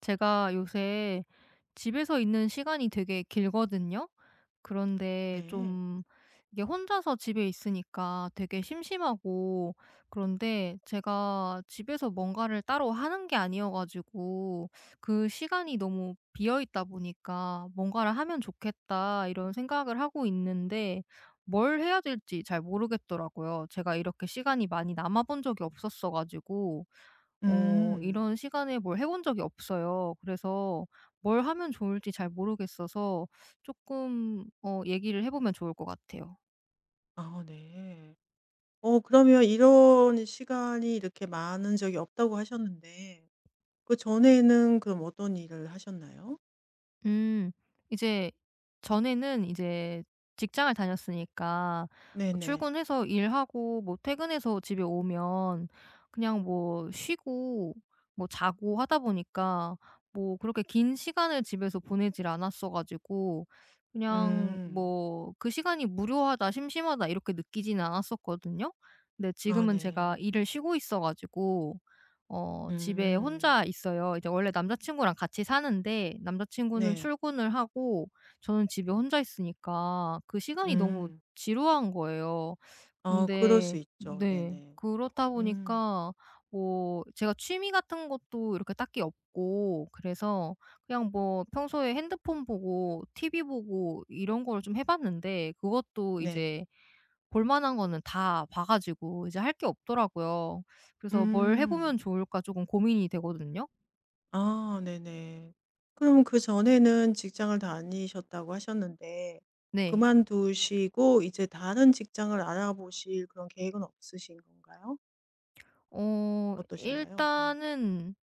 제가 요새 집에서 있는 시간이 되게 길거든요. 그런데 네. 좀 이게 혼자서 집에 있으니까 되게 심심하고, 그런데 제가 집에서 뭔가를 따로 하는 게 아니어가지고 그 시간이 너무 비어 있다 보니까 뭔가를 하면 좋겠다 이런 생각을 하고 있는데, 뭘 해야 될지 잘 모르겠더라고요. 제가 이렇게 시간이 많이 남아본 적이 없었어가지고 음. 이런 시간에 뭘 해본 적이 없어요. 그래서 뭘 하면 좋을지 잘 모르겠어서 조금 얘기를 해 보면 좋을 것 같아요. 아 네. 어 그러면 이런 시간이 이렇게 많은 적이 없다고 하셨는데 그전에는 그럼 어떤 일을 하셨나요? 음. 이제 전에는 이제 직장을 다녔으니까 뭐 네네. 출근해서 일하고 뭐 퇴근해서 집에 오면 그냥 뭐 쉬고 뭐 자고 하다 보니까 뭐 그렇게 긴 시간을 집에서 보내질 않았어 가지고, 그냥 음. 뭐 그 시간이 무료하다, 심심하다 이렇게 느끼지는 않았었거든요. 근데 아 지금은 제가 네. 일을 쉬고 있어 가지고 집에 음. 혼자 있어요. 이제 원래 남자친구랑 같이 사는데 남자친구는 네. 출근을 하고 저는 집에 혼자 있으니까 그 시간이 너무 음. 지루한 거예요. 아 그럴 수 근데 있죠. 네, 네네. 그렇다 음. 보니까 뭐 제가 취미 같은 것도 이렇게 딱히 없고 그래서 그냥 뭐 평소에 핸드폰 보고 TV 보고 이런 거를 좀 해 봤는데, 그것도 네. 이제 볼 만한 거는 다 봐 가지고 이제 할 게 없더라고요. 그래서 뭘 해 보면 음. 좋을까 조금 고민이 되거든요. 아 네네. 그럼 그전에는 직장을 다니셨다고 하셨는데 네. 그만두시고 이제 다른 직장을 알아보실 그런 계획은 없으신 건가요? 어떠신가요? 네. 일단은,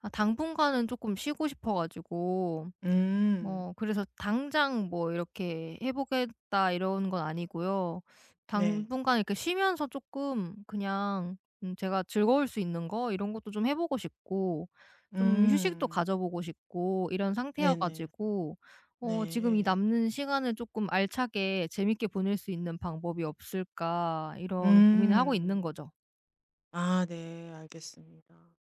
아 당분간은 조금 쉬고 싶어 가지고 음. 그래서 당장 뭐 이렇게 '해 보겠다.' 이런 건 아니고요. 네. 당분간 이렇게 쉬면서 조금 그냥 제가 즐거울 수 있는 거 이런 것도 좀 해 보고 싶고, 좀 휴식도 음. 가져 보고 싶고 이런 상태여 네네. 가지고 '지금 이 네. 남는 시간을 조금 알차게 재밌게 보낼 수 있는 방법이 없을까?' 이런 고민을 하고 있는 음. 거죠. 아 네. 알겠습니다.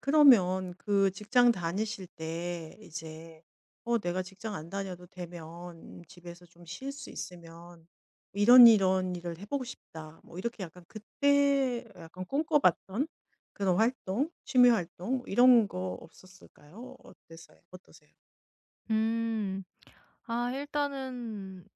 그러면 그 직장 다니실 때 이제 어 내가 직장 안 다녀도 되면 집에서 좀 쉴 수 있으면 이런 이런 일을 해보고 싶다. 뭐 이렇게 약간 그때 약간 꿈꿔봤던 그런 활동, 취미 활동 뭐 이런 거 없었을까요? 어땠어요? 어떠세요? 음. 아 일단은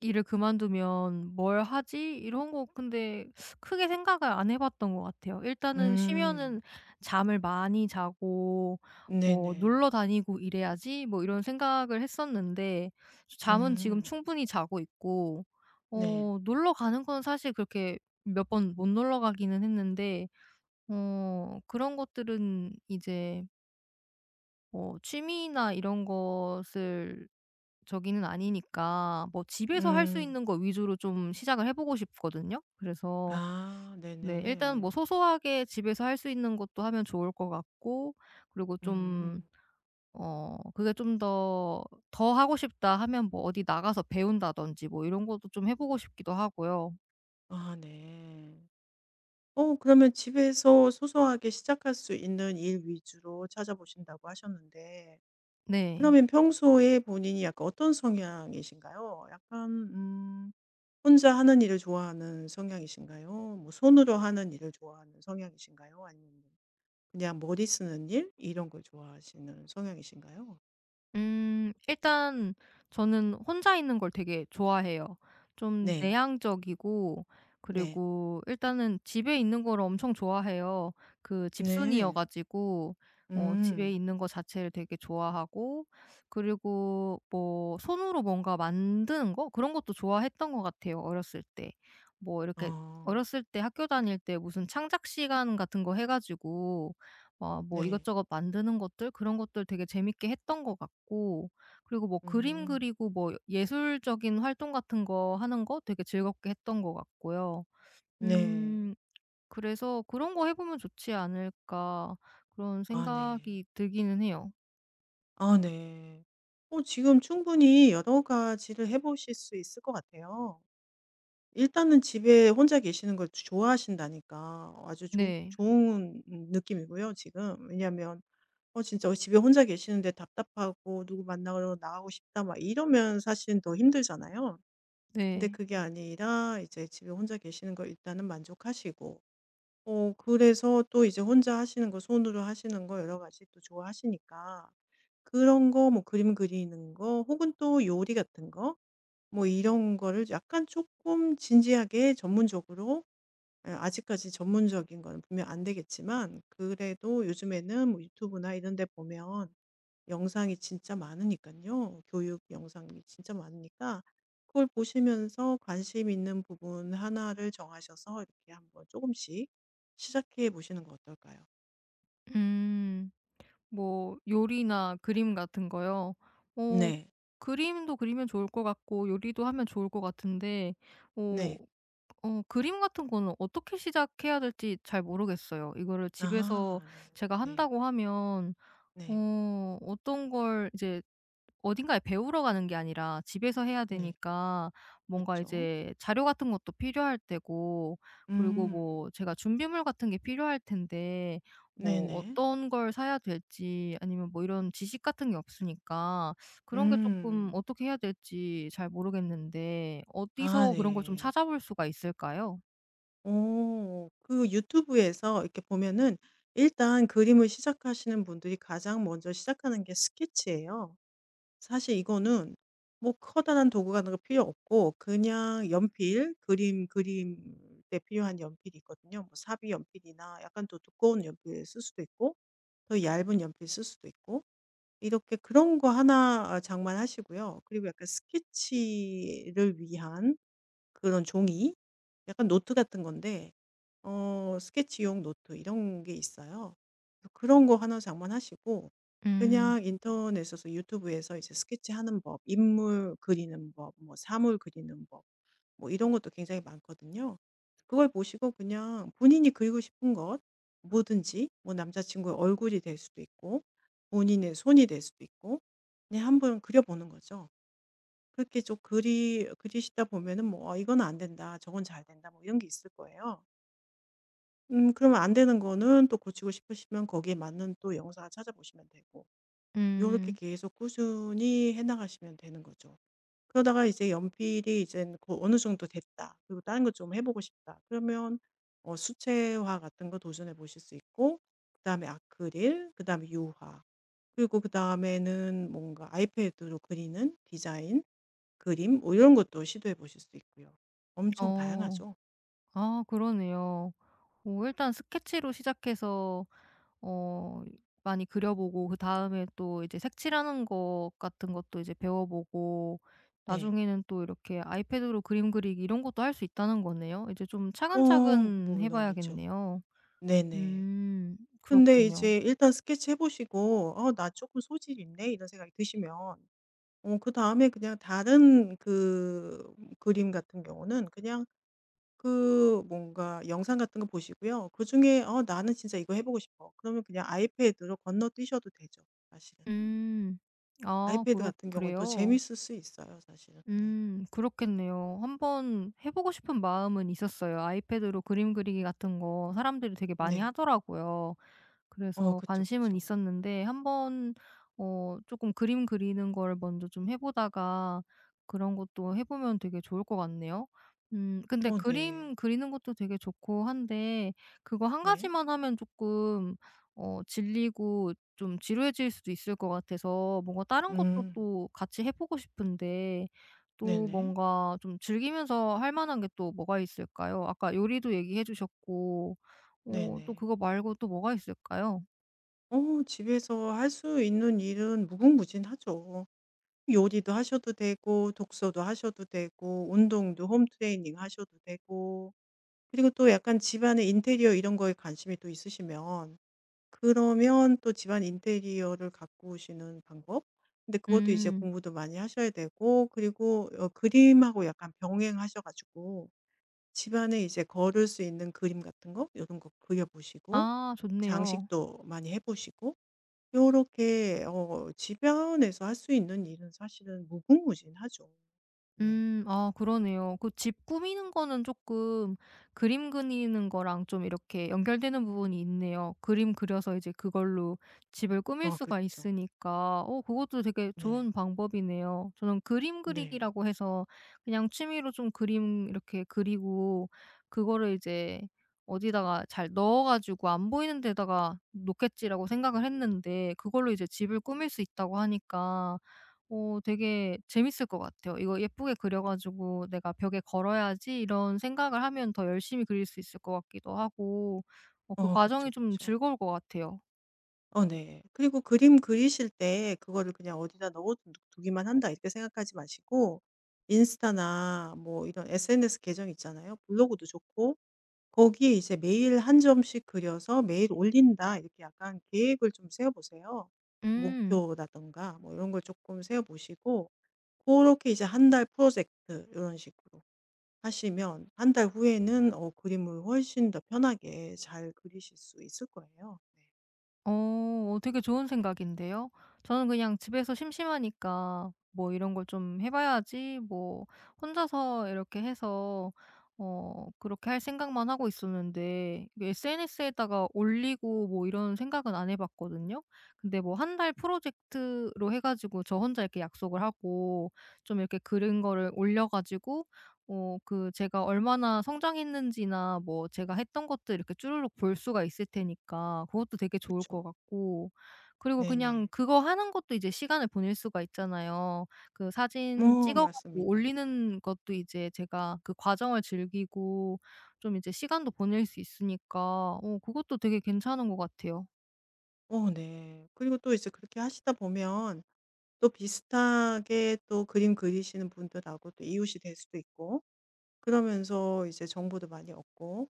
일을 그만두면 '뭘 하지?' 이런 거 근데 크게 생각을 안 해 봤던 것 같아요. 일단은 음, 쉬면은 잠을 많이 자고 뭐 네네. '놀러 다니고 이래야지.' 뭐 이런 생각을 했었는데, 잠은 지금 음, 충분히 자고 있고 네. 놀러 가는 건 사실 그렇게 몇 번 못 놀러 가기는 했는데, 그런 것들은 이제 취미나 이런 것을 저기는 아니니까 뭐 집에서 할 수 음, 있는 거 위주로 좀 시작을 해 보고 싶거든요. 그래서 아, 네, 일단 네네. 뭐 소소하게 집에서 할 수 있는 것도 하면 좋을 것 같고, 그리고 좀 음, 그게 좀 더 '더 하고 싶다.' 하면 뭐 어디 나가서 배운다든지 뭐 이런 것도 좀 해 보고 싶기도 하고요. 아, 네. 어 그러면 집에서 소소하게 시작할 수 있는 일 위주로 찾아보신다고 하셨는데 네. 그러면 평소에 본인이 약간 어떤 성향이신가요? 약간 혼자 하는 일을 좋아하는 성향이신가요? 뭐 손으로 하는 일을 좋아하는 성향이신가요? 아니면 그냥 머리 쓰는 일 이런 걸 좋아하시는 성향이신가요? 일단 저는 혼자 있는 걸 되게 좋아해요. 좀 네. 내향적이고 네. 그리고 일단은 집에 있는 걸 엄청 좋아해요. 그 집순이여 네. 가지고 집에 음. 있는 거 자체를 되게 좋아하고, 그리고 뭐 손으로 뭔가 만드는 거 그런 것도 좋아했던 것 같아요, 어렸을 때. 뭐 이렇게 어. 어렸을 때 학교 다닐 때 무슨 창작 시간 같은 거 해 가지고 막 뭐 네. 이것저것 만드는 것들 그런 것들 되게 재밌게 했던 것 같고, 그리고 뭐 그림 음. 그리고 뭐 예술적인 활동 같은 거 하는 거 되게 즐겁게 했던 것 같고요. 네. 음 그래서 '그런 거 해 보면 좋지 않을까.' 그런 아 네. 생각이 들기는 해요. 아 네. 어 지금 충분히 여러 가지를 해 보실 수 있을 것 같아요. 일단은 집에 혼자 계시는 걸 좋아하신다니까 아주 좋 네. 좋은 느낌이고요 지금. 왜냐하면 어 진짜 집에 혼자 계시는데 답답하고 '누구 만나러 나가고 싶다.' 막 이러면 사실은 더 힘들잖아요. 근데 네. 그게 아니라 이제 집에 혼자 계시는 거 일단은 만족하시고 어 그래서 또 이제 혼자 하시는 거 손으로 하시는 거 여러 가지 또 좋아하시니까 그런 거 뭐 그림 그리는 거 혹은 또 요리 같은 거 뭐 이런 거를 약간 조금 진지하게 전문적으로 예 아직까지 전문적인 거는 분명 안 되겠지만 그래도 요즘에는 뭐 유튜브나 이런 데 보면 영상이 진짜 많으니까요 교육 영상이 진짜 많으니까 그걸 보시면서 관심 있는 부분 하나를 정하셔서 이렇게 한번 조금씩 시작해 보시는 거 어떨까요? 음. 뭐 요리나 그림 같은 거요? 어 네. 그림도 그리면 좋을 것 같고 요리도 하면 좋을 것 같은데 어 네. 그림 같은 거는 어떻게 시작해야 될지 잘 모르겠어요. 이거를 집에서 아 네. 제가 네. 한다고 하면 네. 어떤 걸 이제 어딘가에 배우러 가는 게 아니라 집에서 해야 네. 되니까, 뭔가 그렇죠. 이제 자료 같은 것도 필요할 테고, 그리고 음. 뭐 제가 준비물 같은 게 필요할 텐데 뭐 네네. 어떤 걸 사야 될지 아니면 뭐 이런 지식 같은 게 없으니까, 그런 게 조금 음. 어떻게 해야 될지 잘 모르겠는데 아 어디서 그런 걸 좀 네. 찾아볼 수가 있을까요? 오, 그 유튜브에서 이렇게 보면은 일단 그림을 시작하시는 분들이 가장 먼저 시작하는 게 스케치예요. 사실 이거는 뭐 커다란 도구 같은 거 필요 없고 그냥 연필, 그림 때 필요한 연필이 있거든요. 뭐 사비 연필이나 약간 더 두꺼운 연필 쓸 수도 있고 더 얇은 연필 쓸 수도 있고 이렇게 그런 거 하나 아 장만하시고요. 그리고 약간 스케치를 위한 그런 종이 약간 노트 같은 건데 어 스케치용 노트 이런 게 있어요. 그래서 그런 거 하나 장만하시고 음. 그냥 인터넷에서 유튜브에서 이제 스케치하는 법, 인물 그리는 법, 뭐 사물 그리는 법 뭐 이런 것도 굉장히 많거든요. 그걸 보시고 그냥 본인이 그리고 싶은 것 뭐든지 뭐 남자친구의 얼굴이 될 수도 있고 본인의 손이 될 수도 있고 그냥 한번 그려보는 거죠. 그렇게 좀 그리시다 보면은 뭐 아, 이건 안 된다, 저건 잘 된다, 뭐 이런 게 있을 거예요. 그러면 안 되는 거는 또 고치고 싶으시면 거기에 맞는 또 영상을 찾아보시면 되고 요렇게 음. 계속 꾸준히 해나가시면 되는 거죠. 그러다가 이제 연필이 이제 그 어느 정도 됐다. 그리고 다른 것 좀 해 보고 싶다. 그러면 어 수채화 같은 거 도전해 보실 수 있고 그다음에 아크릴, 그다음에 유화 그리고 그다음에는 뭔가 아이패드로 그리는 디자인, 그림 뭐 이런 것도 시도해 보실 수 있고요. 엄청 어. 다양하죠. 아 그러네요. 오, 일단 스케치로 시작해서 어 많이 그려 보고 그다음에 또 이제 색칠하는 것 같은 것도 이제 배워 보고 네. 나중에는 또 이렇게 아이패드로 그림 그리기 이런 것도 할 수 있다는 거네요. 이제 좀 어 차근차근 해 물론이죠. 봐야겠네요. 네네. 음. 근데 그렇군요. 이제 일단 스케치해 보시고 '어 나 조금 소질 있네.' 이런 생각이 드시면 어 그다음에 그냥 다른 그 그림 같은 경우는 그냥 그 뭔가 영상 같은 거 보시고요. 그중에 '어 나는 진짜 이거 해 보고 싶어.' 그러면 그냥 아이패드로 건너뛰셔도 되죠 사실은. 음. 아 아이패드 그렇 같은 경우는 더 그래요? 재밌을 수 있어요 사실은. 네. 그렇겠네요. 한번 해 보고 싶은 마음은 있었어요. 아이패드로 그림 그리기 같은 거 사람들이 되게 많이 네. 하더라고요. 어 그래서 그쵸, 관심은 그쵸. 있었는데 한번 조금 그림 그리는 걸 먼저 좀 해 보다가 그런 것도 해 보면 되게 좋을 것 같네요. 근데 어 네. 그림 그리는 것도 되게 좋고 한데 그거 한 네. 가지만 하면 조금 질리고 좀 지루해질 수도 있을 것 같아서 뭔가 다른 것도 음. 또 같이 해 보고 싶은데, 또 네네. 뭔가 좀 즐기면서 할 만한 게 또 뭐가 있을까요? 아까 요리도 얘기해 주셨고 또 네네. 그거 말고 또 뭐가 있을까요? 어 집에서 할 수 있는 일은 무궁무진하죠. 요리도 하셔도 되고 독서도 하셔도 되고 운동도 홈트레이닝 하셔도 되고 그리고 또 약간 집안의 인테리어 이런 거에 관심이 또 있으시면 그러면 또 집안 인테리어를 가꾸시는 방법? 근데 그것도 이제 음. 공부도 많이 하셔야 되고 그리고 어 그림하고 약간 병행하셔 가지고 집안에 이제 걸을 수 있는 그림 같은 거 이런 거 그려 보시고 아, 좋네요. 장식도 많이 해 보시고 요렇게 어 집안에서 할 수 있는 일은 사실은 무궁무진하죠. 네. 아, 그러네요. 그 집 꾸미는 거는 조금 그림 그리는 거랑 좀 이렇게 연결되는 부분이 있네요. 그림 그려서 이제 그걸로 집을 꾸밀 어 수가 그쵸. 있으니까 그것도 되게 네. 좋은 방법이네요. 저는 그림 네. 그리기라고 해서 그냥 취미로 좀 그림 이렇게 그리고 그거를 이제 어디다가 잘 넣어 가지고 '안 보이는 데다가 놓겠지.'라고 생각을 했는데, 그걸로 이제 집을 꾸밀 수 있다고 하니까 되게 재밌을 것 같아요. '이거 예쁘게 그려 가지고 내가 벽에 걸어야지.' 이런 생각을 하면 더 열심히 그릴 수 있을 것 같기도 하고, 그 어 과정이 그쵸, 좀 그쵸. 즐거울 것 같아요. 어 네. 그리고 그림 그리실 때 그거를 그냥 어디다 넣어 두 두기만 한다 이렇게 생각하지 마시고 인스타나 뭐 이런 SNS 계정 있잖아요. 블로그도 좋고 거기에 이제 매일 한 점씩 그려서 '매일 올린다.' 이렇게 약간 계획을 좀 세워 보세요. 음. 목표라든가 뭐 이런 걸 조금 세워 보시고 그렇게 이제 한 달 프로젝트 이런 식으로 하시면 한 달 후에는 어 그림을 훨씬 더 편하게 잘 그리실 수 있을 거예요. 네. 어 되게 좋은 생각인데요. 저는 그냥 집에서 심심하니까 '뭐 이런 걸 좀 해 봐야지.' 뭐 혼자서 이렇게 해서 그렇게 할 생각만 하고 있었는데 SNS에다가 올리고 뭐 이런 생각은 안 해 봤거든요. 근데 뭐 한 달 프로젝트로 해 가지고 저 혼자 이렇게 약속을 하고 좀 이렇게 그린 거를 올려 가지고 그 제가 얼마나 성장했는지나 뭐 제가 했던 것들 이렇게 쭈루룩 볼 수가 있을 테니까 그것도 되게 그 좋을 것 죠 같고, 그리고 그냥 네네. 그거 하는 것도 이제 시간을 보낼 수가 있잖아요. 그 사진 어 찍어 고 맞습니다. 올리는 것도 이제 제가 그 과정을 즐기고 좀 이제 시간도 보낼 수 있으니까 그것도 되게 괜찮은 것 같아요. 어 네. 그리고 또 이제 그렇게 하시다 보면 또 비슷하게 또 그림 그리시는 분들하고 또 이웃이 될 수도 있고 그러면서 이제 정보도 많이 얻고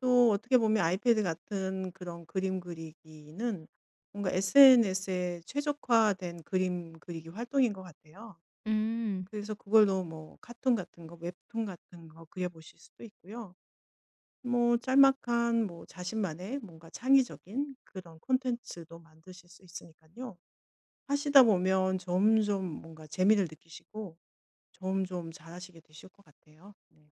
또 어떻게 보면 아이패드 같은 그런 그림 그리기는 뭔가 SNS에 최적화된 그림 그리기 활동인 것 같아요. 음. 그래서 그걸로 뭐 카툰 같은 거, 웹툰 같은 거 그려보실 수도 있고요. 뭐 짤막한 뭐 자신만의 뭔가 창의적인 그런 콘텐츠도 만드실 수 있으니까요. 하시다 보면 점점 뭔가 재미를 느끼시고 점점 잘하시게 되실 것 같아요. 네.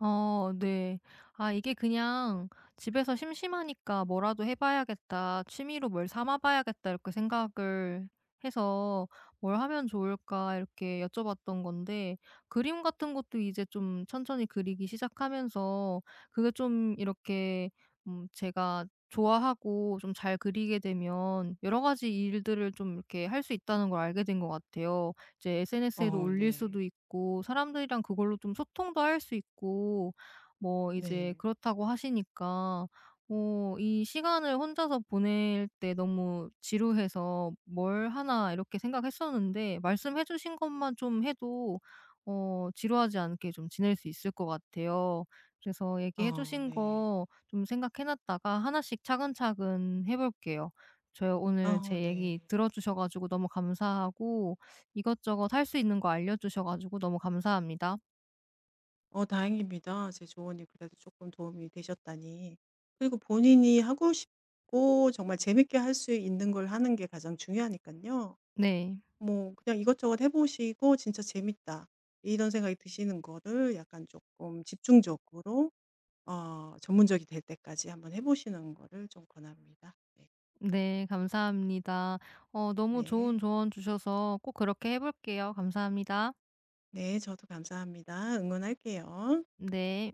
네. 아 이게 그냥 '집에서 심심하니까 뭐라도 해 봐야겠다. 취미로 뭘 삼아 봐야겠다.' 이렇게 생각을 해서 '뭘 하면 좋을까?' 이렇게 여쭤봤던 건데 그림 같은 것도 이제 좀 천천히 그리기 시작하면서 그게 좀 이렇게 제가 좋아하고 좀 잘 그리게 되면 여러 가지 일들을 좀 이렇게 할 수 있다는 걸 알게 된 것 같아요. 이제 SNS에도 어, 올릴 네. 수도 있고 사람들이랑 그걸로 좀 소통도 할 수 있고 뭐 이제 네. 그렇다고 하시니까 이 시간을 혼자서 보낼 때 너무 지루해서 뭘 하나 이렇게 생각했었는데 말씀해 주신 것만 좀 해도 지루하지 않게 좀 지낼 수 있을 것 같아요. 그래서 얘기해 어 주신 네. 거 좀 생각해 놨다가 하나씩 차근차근 해 볼게요. 저 오늘 어 제 얘기 네. 들어 주셔 가지고 너무 감사하고, 이것저것 할 수 있는 거 알려주셔 가지고 너무 감사합니다. 어 다행입니다. 제 조언이 그래도 조금 도움이 되셨다니. 그리고 본인이 하고 싶고 정말 재밌게 할 수 있는 걸 하는 게 가장 중요하니까요 네. 뭐 그냥 이것저것 해 보시고 '진짜 재밌다.' 이런 생각이 드시는 거를 약간 조금 집중적으로 어 전문적이 될 때까지 한번 해 보시는 거를 좀 권합니다. 네. 네, 감사합니다. 너무 좋은 네. 조언 주셔서 꼭 그렇게 해 볼게요. 감사합니다. 네. 저도 감사합니다. 응원할게요. 네.